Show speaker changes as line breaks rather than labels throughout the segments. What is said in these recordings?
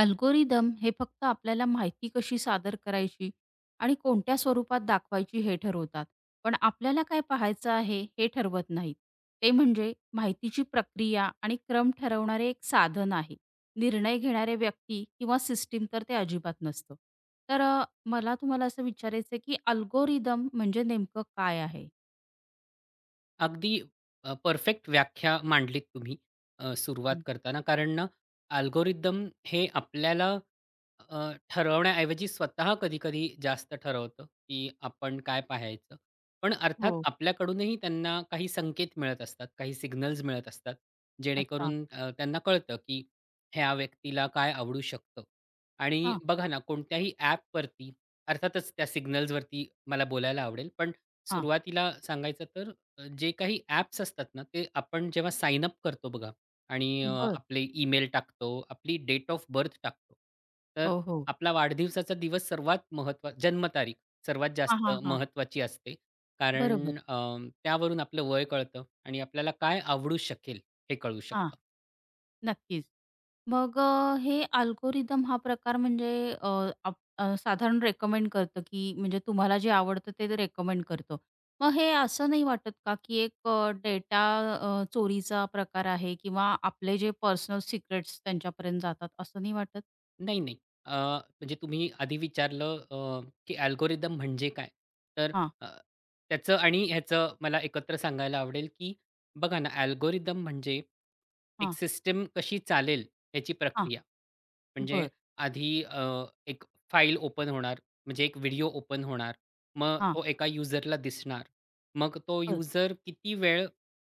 Algorithm हे फक्त आपल्याला माहिती कशी सादर करायची आणि कोणत्या स्वरूपात दाखवायची हे ठरवतात. पण आपल्याला काय पाहायचं आहे हे ठरवत नाहीत. ते म्हणजे माहितीची प्रक्रिया आणि क्रम ठरवणारे एक साधन आहे. निर्णय घेणारे व्यक्ती किंवा सिस्टीम तर ते अजिबात नसतं. तर मला तुम्हाला असं विचारायचं की अल्गोरिदम म्हणजे नेमकं काय आहे?
अगदी परफेक्ट व्याख्या मांडलीत तुम्ही सुरुवात
हं.
करताना. कारण ना अल्गोरिदम हे आपल्याला अ, ठरवण्याऐवजी स्वतः कधी-कधी जास्त ठरवतं, की आपण काय पाहायचं. पण अर्थात
हो.
आपल्याकडूनही त्यांना काही संकेत मिळत असतात, काही सिग्नल्स मिळत असतात,
अच्छा.
जेणेकरून त्यांना कळतं, की ह्या व्यक्तीला काय आवडू शकतं. आणि
हां,
बघा ना कोणत्याही ॲपवरती अर्थातच त्या सिग्नल्सवरती मला बोलायला आवडेल. पण
हां.
सुरुवातीला सांगायचं तर जे काही ॲप्स असतात ना, ते आपण जेव्हा साइन अप करतो बघा आणि
बरं.
आपले ईमेल टाकतो, आपली डेट ऑफ बर्थ टाकतो. तर
हो, हो.
आपला वाढदिवसाचा दिवस सर्वात जन्मतारीख सर्वात
हां,
जास्त
हां, हां.
महत्त्वाची असते.
बरोबर.
कारण त्यावरून आपलं वय कळतं आणि आपल्याला काय आवडू शकेल हे कळू
हां,
शकतं.
नक्कीच. मग हे अल्गोरिदम हा प्रकार म्हणजे अ, साधारण रेकमेंड करतं की म्हणजे तुम्हाला जे आवडतं ते रेकमेंड करतो. मग हे असं नाही वाटत का की एक डेटा चोरीचा प्रकार आहे किंवा आपले जे पर्सनल सिक्रेट्स त्यांच्यापर्यंत जातात असं नाही वाटत?
नाही, नाही. अ, म्हणजे तुम्ही आधी विचारलं की अल्गोरिदम म्हणजे काय? तर
हां,
अ, त्याचं आणि ह्याचं मला एकत्र सांगायला आवडेल, की बघा ना, अल्गोरिदम म्हणजे एक
हां,
सिस्टम कशी चालेल याची
हां.
प्रक्रिया. म्हणजे
बरं.
आधी एक फाईल ओपन होणार, म्हणजे एक व्हिडिओ ओपन होणार. मग
हां.
तो एका युजरला दिसणार. मग तो
बरं.
युजर किती वेळ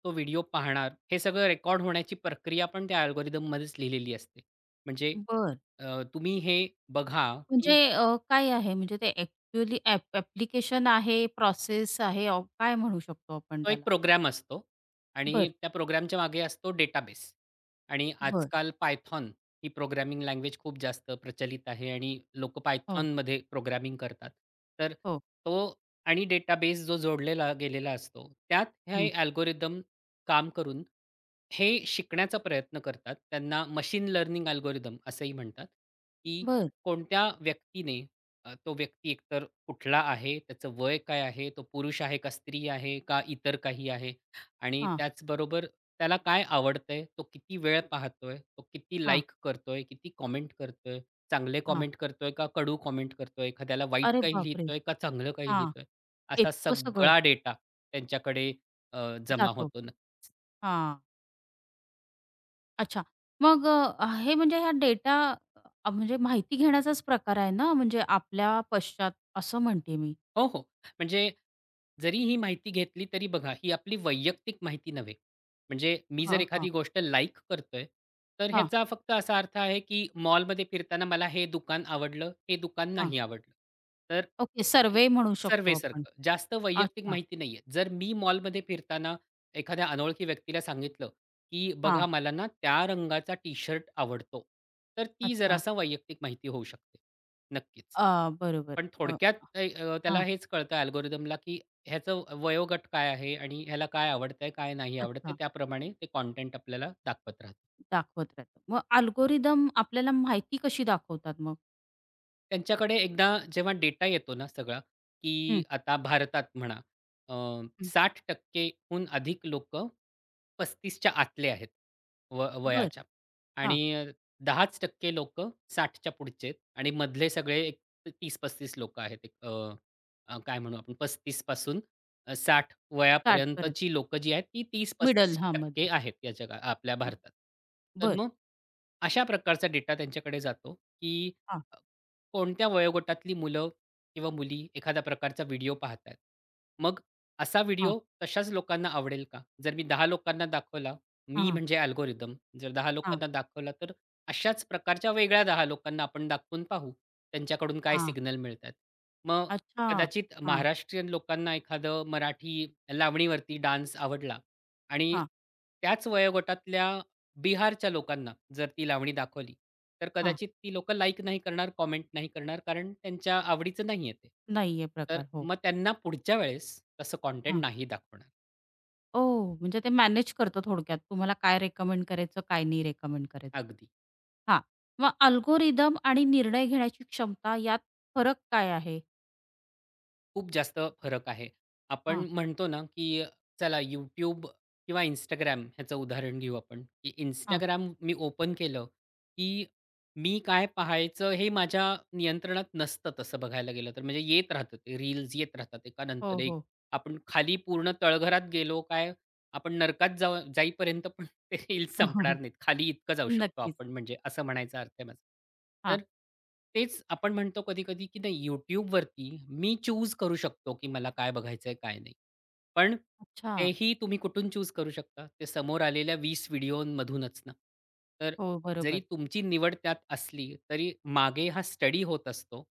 तो व्हिडिओ पाहणार, हे सगळं रेकॉर्ड होण्याची प्रक्रिया पण त्या अल्गोरिदममध्येच लिहिलेली असते. म्हणजे
बरं.
तुम्ही हे बघा,
म्हणजे
की
काय आहे म्हणजे ते ॲक्चुअली ॲप आहे, प्रोसेस आहे, काय म्हणू शकतो आपण
तो एक
त्याला?
प्रोग्राम असतो आणि
बरं.
त्या प्रोग्रामच्या मागे असतो डेटाबेस आणि
बरं.
आजकाल Python ही प्रोग्रामिंग लँग्वेज खूप जास्त प्रचलित आहे आणि लोकं
हो.
Pythonमध्ये प्रोग्रामिंग करतात. तर
हो.
तो आणि डेटाबेस जो जोडलेला गेलेला असतो, त्यात
हं.
हे अल्गोरिदम काम करून हे शिकण्याचा प्रयत्न करतात. त्यांना मशीन लर्निंग अल्गोरिदम असंही म्हणतात, की
बरं.
कोणत्या व्यक्तीने तो व्यक्ती एकतर कुठला आहे, त्याचं वय काय आहे, तो पुरुष आहे का स्त्री आहे का इतर काही आहे? आणि
हां.
त्याचबरोबर त्याला काय आवडतंय, तो किती वेळ पाहतोय, तो किती
हां,
लाइक करतोय, किती कॉमेंट करतोय, चांगले
हां.
कमेंट करतोय का कडू कमेंट करतोय, एखाद्याला वाईट
अरे
काही
बापरे!
लिहितोय का चांगलं काही
हां,
लिहितोय? असा
इतकं सगळं
सगळा डेटा त्यांच्याकडे जमा
जातो.
होतो नक्की.
हां, अच्छा. मग हे म्हणजे हा डेटा म्हणजे माहिती घेण्याचाच प्रकार आहे ना, म्हणजे आपल्या पश्चात असं म्हणते मी.
हो, हो. म्हणजे जरी ही माहिती घेतली तरी बघा, ही आपली वैयक्तिक माहिती नव्हे. म्हणजे मी जर
हां, हां,
एखादी गोष्ट लाइक करतोय, तर
हां,
ह्याचा फक्त असा अर्थ आहे, की मॉलमध्ये फिरताना मला हे दुकान आवडलं, हे दुकान
हां.
नाही आवडलं. तर
ओके,
ती
सर्व्हे म्हणू शकतो आपण.
सर्वेसारखं. जास्त वैयक्तिक
अच्छा.
माहिती नाहीये. जर मी मॉलमध्ये फिरताना एखाद्या अनोळखी व्यक्तीला सांगितलं, की
हां,
"बघा मला ना त्या रंगाचा टी-शर्ट आवडतो." तर ती
अच्छा.
जरासा वैयक्तिक माहिती होऊ शकते. नक्कीच.
अ, बरोबर.
पण
अ,
थोडक्यात ते त्याला
हां,
हेच कळतं अल्गोरिदमला, की ह्याचं वयोगट काय आहे आणि ह्याला काय आवडतंय, काय नाही आवडत आहे.
अच्छा.
त्याप्रमाणे ते कंटेंट आपल्याला दाखवत राहतं.
दाखवत राहतो. मग अल्गोरिदम आपल्याला माहिती कशी दाखवतात मग?
त्यांच्याकडे एकदा जेव्हा डेटा येतो ना सगळा, की
हं,
आता भारतात म्हणा अ,
हं.
60% हून अधिक लोक 35 च्या आतले आहेत व
बरं.
वयाच्या
हां,
आणि 10च टक्के लोक 60 च्या पुढचे आहेत आणि मधले सगळे एक 30-35 लोकं आहेत. एक अ, अ, काय म्हणू आपण 35 पासून 60
स्टार्टपर्यंत.
वयापर्यंतची लोकं जी आहेत ती
मिडल हां,
30-35%
मध्ये.
आहेत या जगात आपल्या भारतात. तर
बरं.
मग अशा प्रकारचा डेटा त्यांच्याकडे जातो, की
हां,
कोणत्या वयोगटातली मुलं किंवा मुली एखाद्या प्रकारचा व्हिडिओ पाहतात. मग असा
हां,
व्हिडिओ तशाच लोकांना आवडेल का? जर मी 10 लोकांना दाखवला, मी
हां.
म्हणजे अल्गोरिदम जर 10
हां,
लोकांना दाखवला, तर अशाच प्रकारच्या वेगळ्या 10 लोकांना आपण दाखवून पाहू, त्यांच्याकडून काय
हां.
सिग्नल मिळतात. मग
अच्छा.
कदाचित
हां,
महाराष्ट्रीयन लोकांना एखादं मराठी लावणीवरती डान्स आवडला आणि
हां,
त्याच वयोगटातल्या बिहारच्या लोकांना जर ती लावणी दाखवली, तर
हां.
कदाचित ती लोकं लाइक नाही करणार, कॉमेंट नाही करणार, कारण त्यांच्या आवडीचं नाहीये ते.
नाहीये
तर
प्रकार. हो.
मग त्यांना पुढच्या वेळेस तसं कंटेंट
हां.
नाही दाखवणार.
ओह! म्हणजे ते मॅनेज करतं थोडक्यात. तुम्हाला काय रेकमेंड करायचं, काय नाही रेकमेंड करायचं.
अगदी.
हां. मग अल्गोरिदम आणि निर्णय घेण्याची क्षमता यात फरक काय आहे?
खूप जास्त फरक आहे. आपण
हां,
म्हणतो ना, की चला YouTube किंवा Instagram ह्याचं उदाहरण घेऊ आपण, की
हां.
इंस्टाग्राम मी ओपन केलं, की मी काय पाहायचं हे माझ्या नियंत्रणात नसतं तसं बघायला गेलं तर. म्हणजे येत राहतं ते रील्स येत राहतात एकानंतर
हो,
एक.
हो.
आपण खाली पूर्ण तळघरात गेलो काय, आपण नरकात जाईपर्यंत ते रील्स संपणार नाहीत. खाली इतकं जाऊ शकतो
नक्कीच.
आपण म्हणजे असं म्हणायचा अर्थ आहे माझा.
हां.
तर तेच आपण म्हणतो कधी-कधी, की नाही YouTubeवरती मी चूज करू शकतो, की मला काय बघायचंय काय नाही. पण
अच्छा.
तेही तुम्ही कुठून चूज करू शकता? ते समोर आलेल्या 20 व्हिडिओमधूनच ना. तर
हो,
जरी
बरोबर.
तुमची निवड त्यात असली, तरी मागे हा स्टडी होत असतो.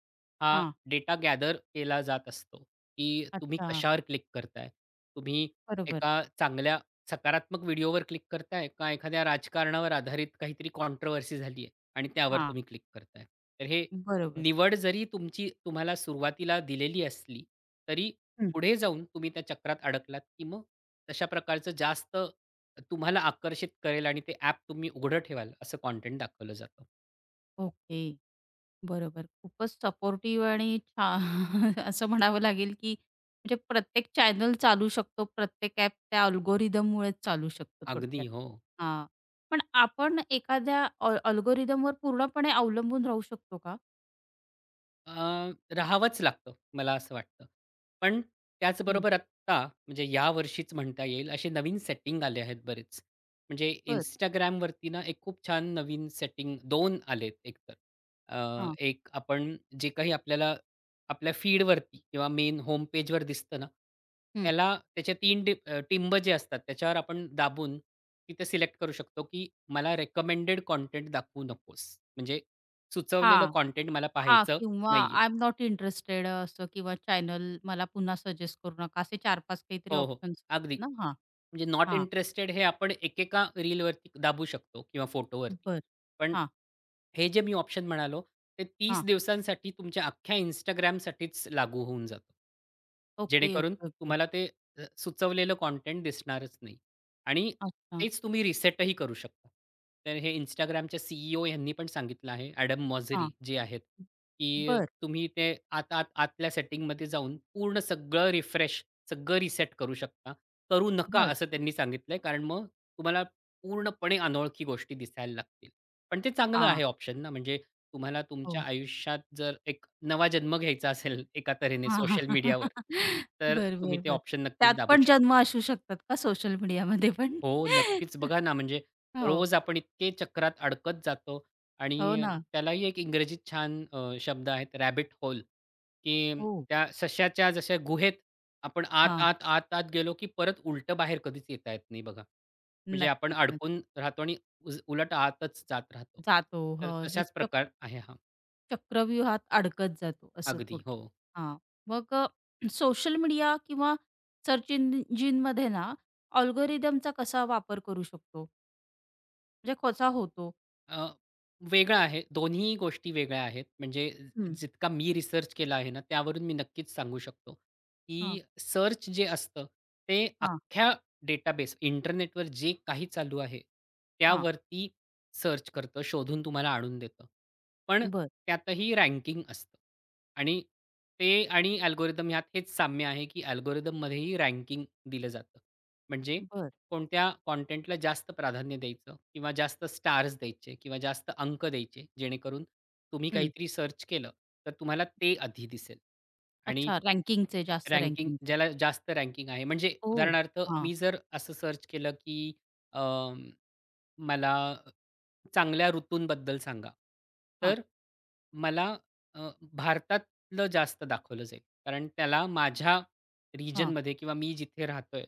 हा
हां.
डेटा गॅदर केला जात असतो, की तुम्ही
अच्छा.
कशावर क्लिक करताय? तुम्ही
बरोबर.
एका चांगल्या सकारात्मक व्हिडिओवर क्लिक करताय का एखाद्या राजकारणावर आधारित काहीतरी कॉन्ट्रोव्हर्सी झाली आहे आणि त्यावर
हां.
तुम्ही क्लिक करताय. तर हे
बरोबर.
निवड जरी तुमची तुम्हाला सुरुवातीला दिलेली असली, तरी
हं.
पुढे जाऊन तुम्ही त्या चक्रात अडकलात, की मग तशा प्रकारचं जास्त तुम्हाला आकर्षित करेल आणि ते ॲप तुम्ही उघडं ठेवाल असं कंटेंट दाखवलं जातं.
ओके. बरोबर. खूपच सपोर्टिव्ह आणि असं म्हणावं लागेल, की म्हणजे प्रत्येक चॅनल चालू शकतो, प्रत्येक ॲप त्या अल्गोरिथममुळेच चालू शकतो
अगदी.
थोडक्यात.
हो.
हां. पण आपण एखाद्या अल्गोरिथमवर पूर्णपणे अवलंबून राहू शकतो का?
अ, राहावंच लागतं, मला असं वाटतं. पण
हं.
त्याचबरोबर आत्ता, म्हणजे यावर्षीच म्हणता येईल, असे नवीन सेटिंग आले आहेत बरेच. म्हणजे
बरं.
Instagramवरती ना, एक खूप छान नवीन सेटिंग दोन आलेत एकतर. अ,
हां.
एक आपण जे काही आपल्याला आपल्या फीडवरती किंवा मेन होम पेजवर दिसतं ना,
हं.
त्याला त्याचे 3 टिंब जे असतात, त्याच्यावर आपण दाबून तिथे सिलेक्ट करू शकतो, की मला रिकमेंडेड कंटेंट दाखवू नकोस. म्हणजे सुचवलेलं
हां.
कंटेंट मला
हां.
पाहायचं
किंवा
नाहीये.
आय एम नॉट इंटरेस्टेड असं किंवा चॅनल मला पुन्हा सजेस्ट करू नका. असे 4-5 काहीतरी
हो, हो.
ऑप्शन्स
अगदी.
ना? हां,
म्हणजे नॉट
हां.
इंटरेस्टेड हे आपण एकेका रीलवरती दाबू शकतो किंवा फोटोवरती.
बरं.
पण
हां,
हे जे मी ऑप्शन म्हणालो, ते 30
हां.
दिवसांसाठी तुमच्या अख्ख्या Instagramसाठीच लागू होऊन जातं.
ओके,
जेणेकरून
ओके, ओके.
तुम्हाला ते सुचवलेलं कंटेंट दिसणारच नाही आणि
अच्छा.
तेच तुम्ही रिसेटही करू शकता. तर हे Instagramच्या सीईओ यांनी पण सांगितलं आहे, एडम
हां.
मॉझेरी जे आहेत, की
बरं.
तुम्ही ते आत, आत, आतल्या सेटिंगमध्ये जाऊन पूर्ण सगळं रिफ्रेश, सगळं रिसेट करू शकता. करू नका
बरं.
असं त्यांनी सांगितलंय, कारण मग तुम्हाला पूर्णपणे अनोळखी गोष्टी दिसायला लागतील. पण ते चांगलं
हां.
आहे ऑप्शन ना, म्हणजे तुम्हाला तुमच्या
हो.
आयुष्यात जर एक नवा जन्म घ्यायचा असेल एका तऱ्हेने
हां,
सोशल
हां.
मीडियावर, तर
बरं,
तुम्ही ते
बरं,
ऑप्शन नक्कीच
त्यात
दाबू
पण जन्म असू शकतात का सोशल मीडियामध्ये पण?
हो, नक्कीच. बघा ना, म्हणजे
हो.
रोज आपण इतके चक्रात अडकत जातो
हो
आणि
ना.
त्यालाही एक इंग्रजीत छान शब्द आहेत रॅबिट होल, की
हो.
त्या सश्याच्या जशा गुहेत आपण आत,
हां.
आत, आत, आत गेलो, की परत उलटं बाहेर कधीच येता येत नाही बघा. म्हणजे आपण
नक्कीच,
अडकून
नक्कीच.
राहतो आणि उलट आतच जात राहतो.
जातो. हो.
तर
म्हणजे
तशाच प्रकार आहे हा.
चक्रव्यूहात अडकत जातो असं
अगदी. हो.
थोडक्यात. हां. मग सोशल मीडिया किंवा सर्च इंजिनमध्ये ना अल्गोरिदमचा कसा वापर करू शकतो? म्हणजे कसा होतो?
अ, वेगळा आहे. दोन्ही गोष्टी वेगळ्या आहेत. म्हणजे
हं.
जितका मी रिसर्च केला आहे ना, त्यावरून मी नक्कीच सांगू शकतो,
हां,
की सर्च जे असतं ते
हां,
अख्ख्या डेटाबेस इंटरनेटवर जे काही चालू आहे,
हां.
त्यावरती सर्च करतं, शोधून तुम्हाला आणून देतं. पण
बरं,
त्यातही रँकिंग असतं आणि ते आणि अल्गोरिदम ह्यात हेच साम्य आहे, की अल्गोरिदममध्येही रँकिंग दिलं जातं. म्हणजे
बरं.
कोणत्या कॉटेंटला जास्त प्राधान्य द्यायचं किंवा जास्त स्टार्स द्यायचे किंवा जास्त अंक द्यायचे जेणेकरून तुम्ही
हं.
काहीतरी सर्च केलं तर तुम्हाला ते आधी दिसेल आणि
अच्छा रँकिंगचे, जास्त
रँकिंग
रँकिंगचे.
ज्याला जास्त रँकिंग आहे म्हणजे
ओह!
उदाहरणार्थ
हां,
मी जर असं सर्च केलं की अ, मला चांगल्या ऋतूंबद्दल सांगा.
हां,
तर मला अ, भारतातलं जास्त दाखवलं जाईल. कारण त्याला माझ्या
हां.
रिजनमध्ये किंवा मी जिथे राहतोय,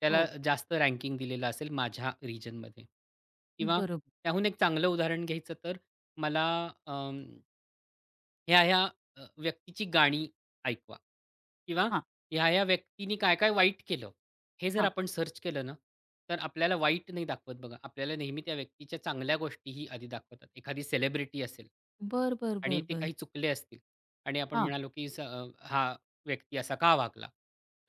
त्याला
हो,
जास्त रँकिंग दिलेलं असेल माझ्या रिजनमध्ये. किंवा
बरोबर.
त्याहून एक चांगलं उदाहरण घ्यायचं तर मला ह्या-ह्या व्यक्तीची गाणी ऐकवा किंवा
हां,
ह्या-ह्या व्यक्तीनी काय-काय वाईट केलं, हे जर
हां.
आपण सर्च केलं ना, तर आपल्याला वाईट नाही दाखवत बघा. आपल्याला नेहमी त्या व्यक्तीच्या चांगल्या गोष्टीही आधी दाखवतात. एखादी सेलिब्रिटी असेल
बरं,
आणि
बरं,
ते
बरं.
काही चुकले असतील आणि आपण
हां,
म्हणालो की हा व्यक्ती असा का वागला?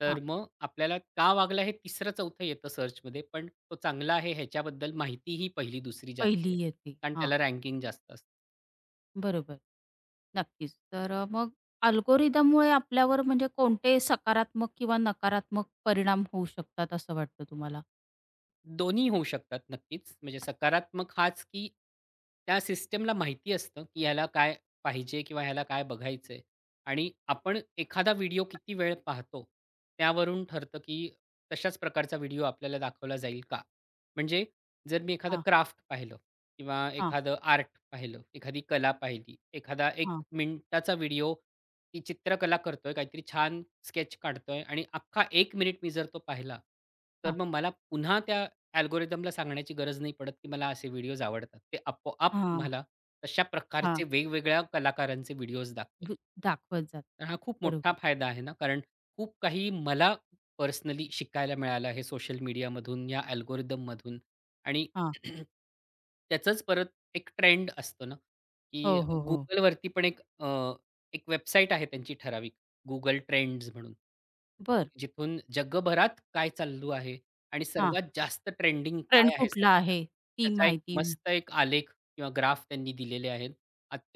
तर
हां.
मग आपल्याला का वागला हे 3रं-4थं येतं सर्चमध्ये, पण तो चांगला आहे ह्याच्याबद्दल माहितीही पहिली-दुसरी जास्त
पहिली
येते.
येते.
कारण
हां,
त्याला रँकिंग जास्त असते.
बरोबर. नक्कीच. तर मग अल्गोरिदममुळे आपल्यावर म्हणजे कोणते सकारात्मक किंवा नकारात्मक परिणाम होऊ शकतात असं वाटतं तुम्हाला?
दोन्ही होऊ शकतात नक्कीच. म्हणजे सकारात्मक हाच, की त्या सिस्टमला माहिती असतं, की ह्याला काय पाहिजे किंवा ह्याला काय बघायचंय आणि आपण एखादा व्हिडिओ किती वेळ पाहतो, त्यावरून ठरतं, की तशाच प्रकारचा व्हिडिओ आपल्याला दाखवला जाईल का? म्हणजे जर मी एखादं
हां,
क्राफ्ट पाहिलं किंवा
हां,
एखादं आर्ट पाहिलं, एखादी कला पाहिली, एखादा 1
हां,
मिनिटाचा व्हिडिओ ती चित्रकला करतोय, काहीतरी छान स्केच काढतोय आणि अख्खा 1 मिनिट मी जर तो पाहिला, तर
हां,
मग मला पुन्हा त्या अल्गोरिदमला सांगण्याची गरज नाही पडत, की मला असे व्हिडिओज आवडतात. ते आपोआप
हां,
तुम्हाला तशा प्रकारचे
हां.
वेगवेगळ्या कलाकारांचे व्हिडिओज दाखवेल.
द दाखवत जात.
तर हा खूप मोठा
बरोबर.
फायदा आहे ना, कारण खूप काही मला पर्सनली शिकायला मिळालं आहे सोशल मीडियामधून, या अल्गोरिदममधून आणि
हां.
त्याचंच परत एक ट्रेंड असतो ना, की
हो, हो, हो.
Googleवरती पण एक वेबसाईट आहे त्यांची ठराविक Google ट्रेंड्स म्हणून.
बरं.
जिथून जगभरात काय चालू आहे आणि
हां.
सर्वात जास्त ट्रेंडिंग
ट्रेंड
काय आहे
कुठला
सध्या,
आहे ती
त्याचा एक
माहिती.
मस्त एक आलेख किंवा ग्राफ त्यांनी दिलेले आहेत.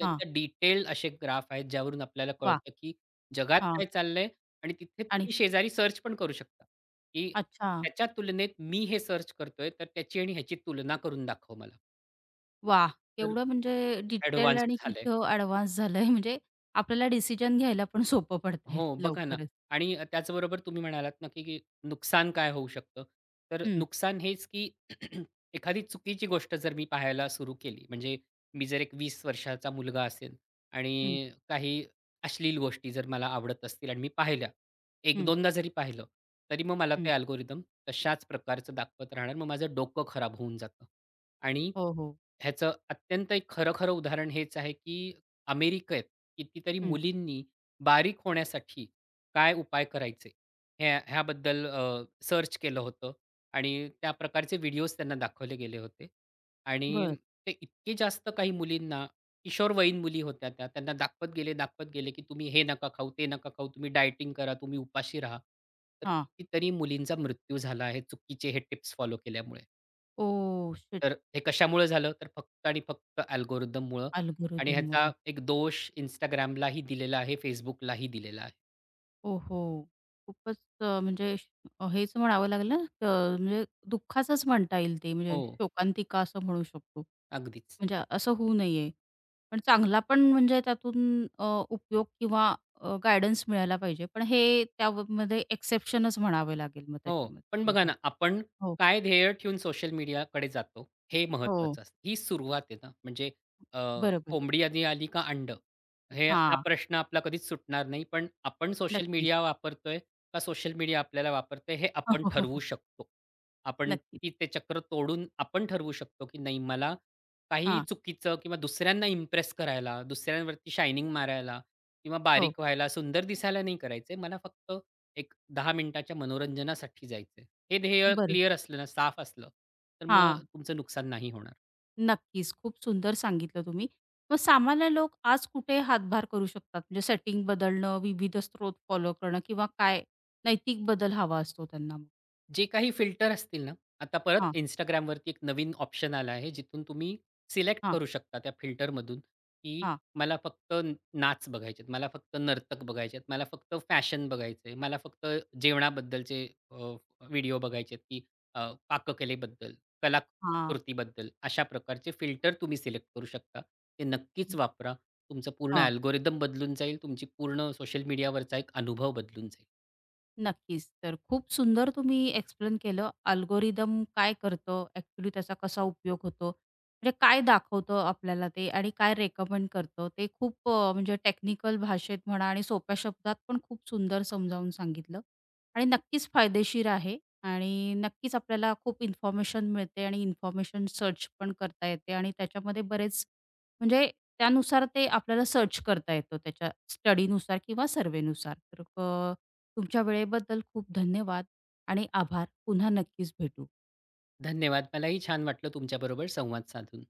हां.
डिटेल्ड असे ग्राफ आहेत, ज्यावरून आपल्याला
वाह!
कळतं, की जगात
हां.
काय चाललंय आणि तिथे
आणि
तुम्ही शेजारी सर्च पण करू शकता, की
अच्छा.
त्याच्या तुलनेत मी हे सर्च करतोय, तर त्याची आणि ह्याची तुलना करून दाखव मला.
वाह!
तर
एवढं म्हणजे डिटेल
ॲडव्हान्स्ड
आणि
झालंय.
तिथं ॲडव्हान्स झालंय म्हणजे आपल्याला डिसिजन घ्यायला पण सोपं पडतंय
हो, बघा ना
लवकरच.
आणि त्याचबरोबर तुम्ही म्हणालात ना, की की नुकसान काय होऊ शकतं? तर
हं,
नुकसान हेच, की एखादी चुकीची गोष्ट जर मी पाहायला सुरू केली, म्हणजे मी जर एक 20 वर्षाचा मुलगा असेल
हं,
आणि काही अश्लील गोष्टी जर मला आवडत असतील आणि मी पाहिल्या,
हं,
1-2दा जरी पाहिलं, तरी मग मला
हं.
ते अल्गोरिदम तशाच प्रकारचं दाखवत राहणार. मग माझं डोकं खराब होऊन जातं आणि
हो, हो.
ह्याचं अत्यंत एक खरं-खरं उदाहरण हेच आहे, की अमेरिकेत कितीतरी
हं.
मुलींनी बारीक होण्यासाठी काय उपाय करायचे? ह्या ह्याबद्दल सर्च केलं होतं आणि त्या प्रकारचे व्हिडिओज त्यांना दाखवले गेले होते. आणि
बरं.
ते इतके जास्त काही मुलींना, किशोरवयीन मुली होत्या त्या, त्यांना दाखवत गेले, दाखवत गेले, की तुम्ही हे नका खाऊ, ते नका खाऊ, तुम्ही डायटिंग करा, तुम्ही उपाशी राहा. तर
हां.
कितीतरी मुलींचा मृत्यू झाला आहे चुकीचे हे टिप्स फॉलो केल्यामुळे.
Oh shit!
तर हे कशामुळे झालं? तर फक्त आणि फक्त अल्गोरिथममुळं आणि ह्याचा
अल्गोरिदममुळे.
एक दोष Instagramलाही दिलेला आहे, Facebookलाही दिलेला आहे.
ओहो! खूपच म्हणजे हेच म्हणावं लागेल ना, म्हणजे दुःखाचंच म्हणता येईल ते म्हणजे
हो,
शोकांतिका असं म्हणू शकतो.
अगदीच.
म्हणजे असं होऊ नये. पण चांगला पण म्हणजे त्यातून उपयोग किंवा गाईडन्स मिळायला पाहिजे. पण हे त्यामध्ये एक्सेप्शनच म्हणावे लागेल मग
हो, पण
त्याच्यामध्ये.
बघा
हो,
ना, आपण
हो,
काय ध्येय ठेवून सोशल मीडियाकडे जातो, हे
हो.
महत्त्वाचं असतं. ही सुरुवात आहे ना, म्हणजे अ,
बरोबर.
कोंबडी आधी आली का अंड हे हा
हां,
प्रश्न आपला कधीच सुटणार नाही. पण आपण सोशल
नक्कीच.
मीडिया वापरतोय का सोशल मीडिया आपल्याला वापरतंय, हे
हो,
आपण
हो, हो,
ठरवू
हो.
शकतो. आपण
नक्कीच.
ती ते चक्र तोडून आपण ठरवू शकतो, की नाही मला काहीही
हां,
चुकीचं किंवा दुसऱ्यांना इम्प्रेस करायला, दुसऱ्यांवरती शायनिंग मारायला किंवा
हो.
बारीक व्हायला, सुंदर दिसायला नाही करायचंय. मला फक्त एक 10 मिनिटाच्या मनोरंजनासाठी जायचं हे ध्येय
बरोबर.
क्लिअर असलं ना, साफ असलं, तर
हां,
मग तुमचं नुकसान नाही होणार.
नक्कीच. खूप सुंदर सांगितलं तुम्ही. मग सामान्य लोक आज कुठे हातभार करू शकतात? म्हणजे सेटिंग बदलणं, विविध स्रोत फॉलो करणं किंवा काय नैतिक बदल हवा असतो त्यांना?
जे काही फिल्टर असतील ना, आता परत
हां,
Instagramवरती एक नवीन ऑप्शन आला आहे, जिथून तुम्ही सिलेक्ट
हां,
करू शकता त्या फिल्टरमधून, की
हां,
मला फक्त नाच बघायचे आहेत, मला फक्त नर्तक बघायचे आहेत, मला फक्त फॅशन बघायचं आहे, मला फक्त जेवणाबद्दलचे व्हिडिओ बघायचे की पाककलेबद्दल,
हां.
कलाकृतीबद्दल अशा प्रकारचे फिल्टर तुम्ही सिलेक्ट करू शकता. ते नक्कीच वापरा. तुमचं पूर्ण
हां.
अल्गोरिदम बदलून जाईल. तुमची पूर्ण सोशल मीडियावरचा एक अनुभव बदलून जाईल.
नक्कीच. तर खूप सुंदर तुम्ही एक्सप्लेन केलं. अल्गोरिदम काय करतं? ॲक्चुअली त्याचा कसा उपयोग होतो? म्हणजे काय दाखवतं आपल्याला ते आणि काय रेकमेंड करतं? ते खूप म्हणजे टेक्निकल भाषेत म्हणा आणि सोप्या शब्दात पण खूप सुंदर समजावून सांगितलं आणि नक्कीच फायदेशीर आहे आणि नक्कीच आपल्याला खूप इन्फॉर्मेशन मिळते आणि इन्फॉर्मेशन सर्च पण करता येते आणि त्याच्यामध्ये बरेच म्हणजे त्यानुसार ते आपल्याला सर्च करता येतो त्याच्या स्टडीनुसार किंवा सर्व्हेनुसार. तर तुमच्या वेळेबद्दल खूप धन्यवाद आणि आभार. पुन्हा नक्कीच भेटू.
धन्यवाद. मलाही छान वाटलं तुमच्याबरोबर संवाद साधून.